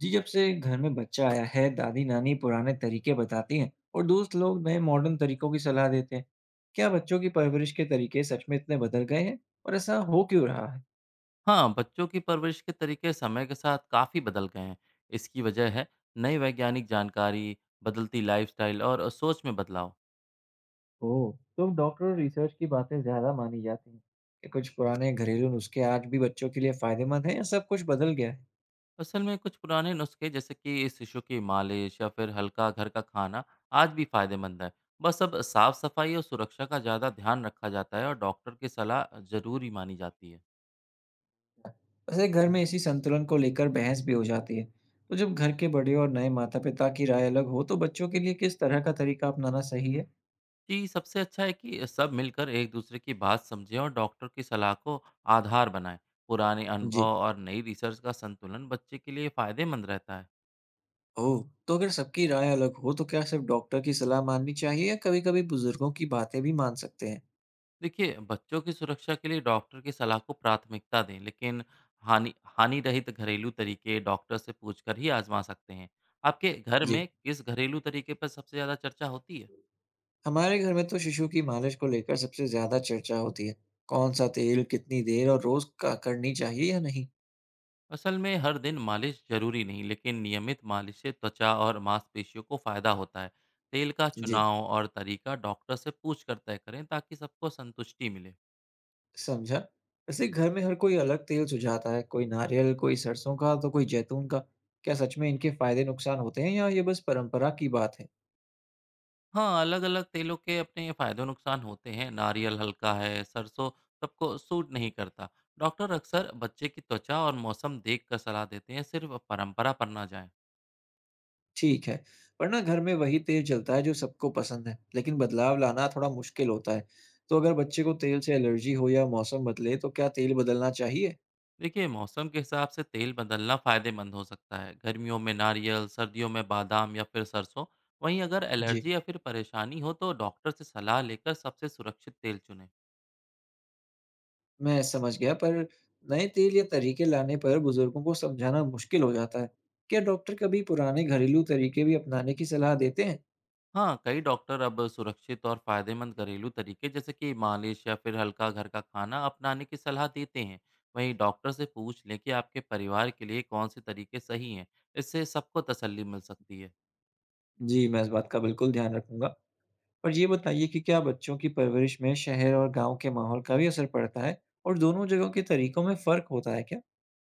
जी। जब से घर में बच्चा आया है दादी नानी पुराने तरीके बताती हैं और दोस्त लोग नए मॉडर्न तरीकों की सलाह देते हैं। क्या बच्चों की परवरिश के तरीके सच में इतने बदल गए हैं और ऐसा हो क्यों रहा है? हाँ, बच्चों की परवरिश के तरीके समय के साथ काफ़ी बदल गए हैं। इसकी वजह है नई वैज्ञानिक जानकारी, बदलती लाइफस्टाइल और सोच में बदलाव। ओह, तो अब डॉक्टर और रिसर्च की बातें ज्यादा मानी जाती हैं। क्या कुछ पुराने घरेलू नुस्खे आज भी बच्चों के लिए फायदेमंद हैं या सब कुछ बदल गया है? असल में कुछ पुराने नुस्खे जैसे कि शिशु की मालिश या फिर हल्का घर का खाना आज भी फायदेमंद है। बस अब साफ सफाई और सुरक्षा का ज़्यादा ध्यान रखा जाता है और डॉक्टर की सलाह ज़रूरी मानी जाती है। वैसे घर में इसी संतुलन को लेकर बहस भी हो जाती है। तो जब घर के बड़े और नए माता पिता की राय अलग हो तो बच्चों के लिए किस तरह का तरीका अपनाना सही है? जी, सबसे अच्छा है कि सब मिलकर एक दूसरे की बात समझें और डॉक्टर की सलाह को आधार बनाएं। पुराने अनुभव जी। और नई रिसर्च का संतुलन बच्चे के लिए फायदेमंद रहता है। ओह! तो अगर सबकी राय अलग हो तो क्या सिर्फ डॉक्टर की सलाह माननी चाहिए या कभी-कभी बुजुर्गों की बातें भी मान सकते हैं? देखिए, बच्चों की सुरक्षा के लिए डॉक्टर की सलाह को प्राथमिकता दें, लेकिन हानि हानि रहित घरेलू तरीके डॉक्टर से पूछकर ही आजमा सकते हैं। आपके घर जी, में किस घरेलू तरीके पर सबसे ज़्यादा चर्चा होती है? हमारे घर में तो शिशु की मालिश को लेकर सबसे ज़्यादा चर्चा होती है। कौन सा तेल, कितनी देर और रोज़ का करनी चाहिए या नहीं? असल में हर दिन मालिश जरूरी नहीं, लेकिन नियमित मालिश से त्वचा और मांसपेशियों को फायदा होता है। तेल का जी, चुनाव और तरीका डॉक्टर से पूछ कर तय करें ताकि सबको संतुष्टि मिले। समझा। वैसे घर में हर कोई अलग तेल सुझाता है, कोई नारियल, कोई सरसों का तो कोई जैतून का। क्या सच में इनके फायदे नुकसान होते हैं या ये बस परंपरा की बात है? हाँ, अलग अलग तेलों के अपने फायदे नुकसान होते हैं। नारियल हल्का है, सरसों सबको सूट नहीं करता। डॉक्टर अक्सर बच्चे की त्वचा और मौसम देख कर सलाह देते हैं, सिर्फ परंपरा पर ना जाएं। ठीक है। पर ना घर में वही तेल चलता है जो सबको पसंद है, लेकिन बदलाव लाना थोड़ा मुश्किल होता है। तो अगर बच्चे को तेल से एलर्जी हो या मौसम बदले तो क्या तेल बदलना चाहिए? देखिए, मौसम के हिसाब से तेल बदलना फ़ायदेमंद हो सकता है। गर्मियों में नारियल, सर्दियों में बादाम या फिर सरसों। वहीं अगर जी। एलर्जी या फिर परेशानी हो तो डॉक्टर से सलाह लेकर सबसे सुरक्षित तेल चुनें। मैं समझ गया, पर नए तेल या तरीके लाने पर बुजुर्गों को समझाना मुश्किल हो जाता है। क्या डॉक्टर कभी पुराने घरेलू तरीके भी अपनाने की सलाह देते हैं? हाँ, कई डॉक्टर अब सुरक्षित और फ़ायदेमंद घरेलू तरीके जैसे कि मालिश या फिर हल्का घर का खाना अपनाने की सलाह देते हैं। वहीं डॉक्टर से पूछ लें कि आपके परिवार के लिए कौन से तरीके सही हैं। इससे सबको तसल्ली मिल सकती है। जी, मैं इस बात का बिल्कुल ध्यान रखूँगा। और ये बताइए कि क्या बच्चों की परवरिश में शहर और गाँव के माहौल का भी असर पड़ता है और दोनों जगहों के तरीकों में फ़र्क होता है क्या?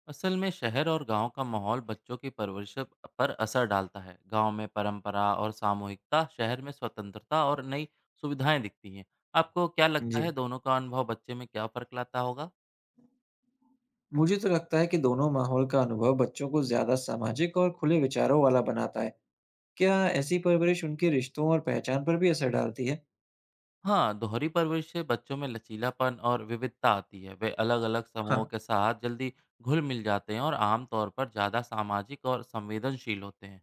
असल में शहर और गांव का माहौल बच्चों की परवरिश पर असर डालता है। गांव में परंपरा और सामूहिकता, शहर में स्वतंत्रता और नई सुविधाएं दिखती हैं। आपको क्या लगता है, जी। दोनों का अनुभव बच्चे में क्या फर्क लाता होगा? मुझे तो लगता है कि दोनों माहौल का अनुभव बच्चों को ज्यादा सामाजिक और खुले विचारों वाला बनाता है। क्या ऐसी परवरिश उनके रिश्तों और पहचान पर भी असर डालती है? हाँ, दोहरी परवरिश से बच्चों में लचीलापन और विविधता आती है। वे अलग अलग समूहों हाँ। के साथ जल्दी घुल मिल जाते हैं और आमतौर पर ज़्यादा सामाजिक और संवेदनशील होते हैं।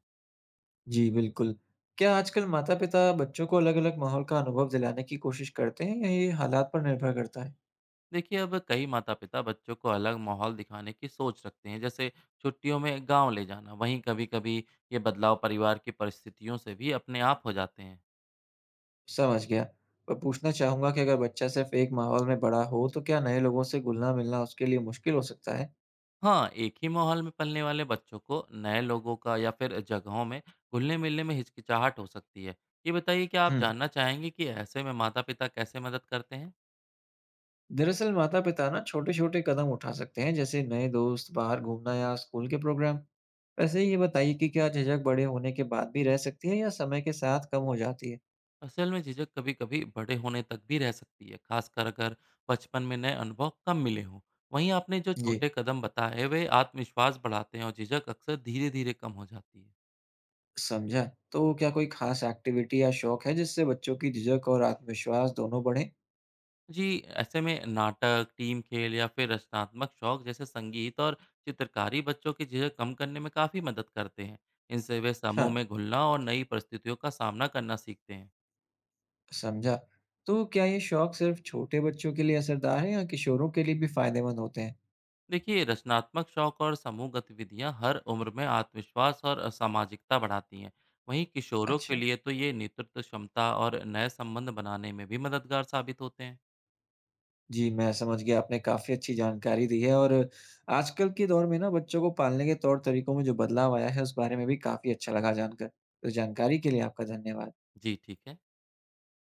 जी बिल्कुल। क्या आजकल माता-पिता बच्चों को अलग-अलग माहौल का अनुभव दिलाने की कोशिश करते हैं या ये हालात पर निर्भर करता है? देखिए, अब कई माता पिता बच्चों को अलग माहौल दिखाने की सोच रखते हैं, जैसे छुट्टियों में गांव ले जाना। वहीं कभी कभी ये बदलाव परिवार की परिस्थितियों से भी अपने आप हो जाते हैं। समझ गया। मैं पूछना चाहूंगा कि अगर बच्चा सिर्फ एक माहौल में बड़ा हो तो क्या नए लोगों से घुलना मिलना उसके लिए मुश्किल हो सकता है? हाँ, एक ही माहौल में पलने वाले बच्चों को नए लोगों का या फिर जगहों में घुलने मिलने में हिचकिचाहट हो सकती है। ये बताइए कि आप हम्म। जानना चाहेंगे कि ऐसे में माता पिता कैसे मदद करते हैं? दरअसल माता-पिता ना छोटे-छोटे कदम उठा सकते हैं, जैसे नए दोस्त, बाहर घूमना या स्कूल के प्रोग्राम। वैसे ये बताइए कि क्या झिझक बड़े होने के बाद भी रह सकती है या समय के साथ कम हो जाती है? असल में झिझक कभी कभी बड़े होने तक भी रह सकती है, खासकर अगर बचपन में नए अनुभव कम मिले हों। वहीं आपने जो जी, छोटे कदम बताए वे आत्मविश्वास बढ़ाते हैं और झिझक अक्सर धीरे धीरे कम हो जाती है। समझा। तो क्या कोई खास एक्टिविटी या शौक है जिससे बच्चों की झिझक और आत्मविश्वास दोनों बढ़े? जी, ऐसे में नाटक, टीम खेल या फिर रचनात्मक शौक जैसे संगीत और चित्रकारी बच्चों की झिझक कम करने में काफ़ी मदद करते हैं। इनसे वे हाँ, समूह में घुलना और नई परिस्थितियों का सामना करना सीखते हैं। समझा। तो क्या ये शौक सिर्फ छोटे बच्चों के लिए असरदार है या किशोरों के लिए भी फायदेमंद होते हैं? देखिए, रचनात्मक शौक और समूह गतिविधियां हर उम्र में आत्मविश्वास और सामाजिकता बढ़ाती हैं। वहीं किशोरों के अच्छा। लिए तो ये नेतृत्व क्षमता और नए संबंध बनाने में भी मददगार साबित होते हैं। जी, मैं समझ गया, आपने काफ़ी अच्छी जानकारी दी है। और आजकल के दौर में ना बच्चों को पालने के तौर-तरीकों में जो बदलाव आया है, उस बारे में भी काफ़ी अच्छा लगा जानकर। तो जानकारी के लिए आपका धन्यवाद। जी, ठीक है।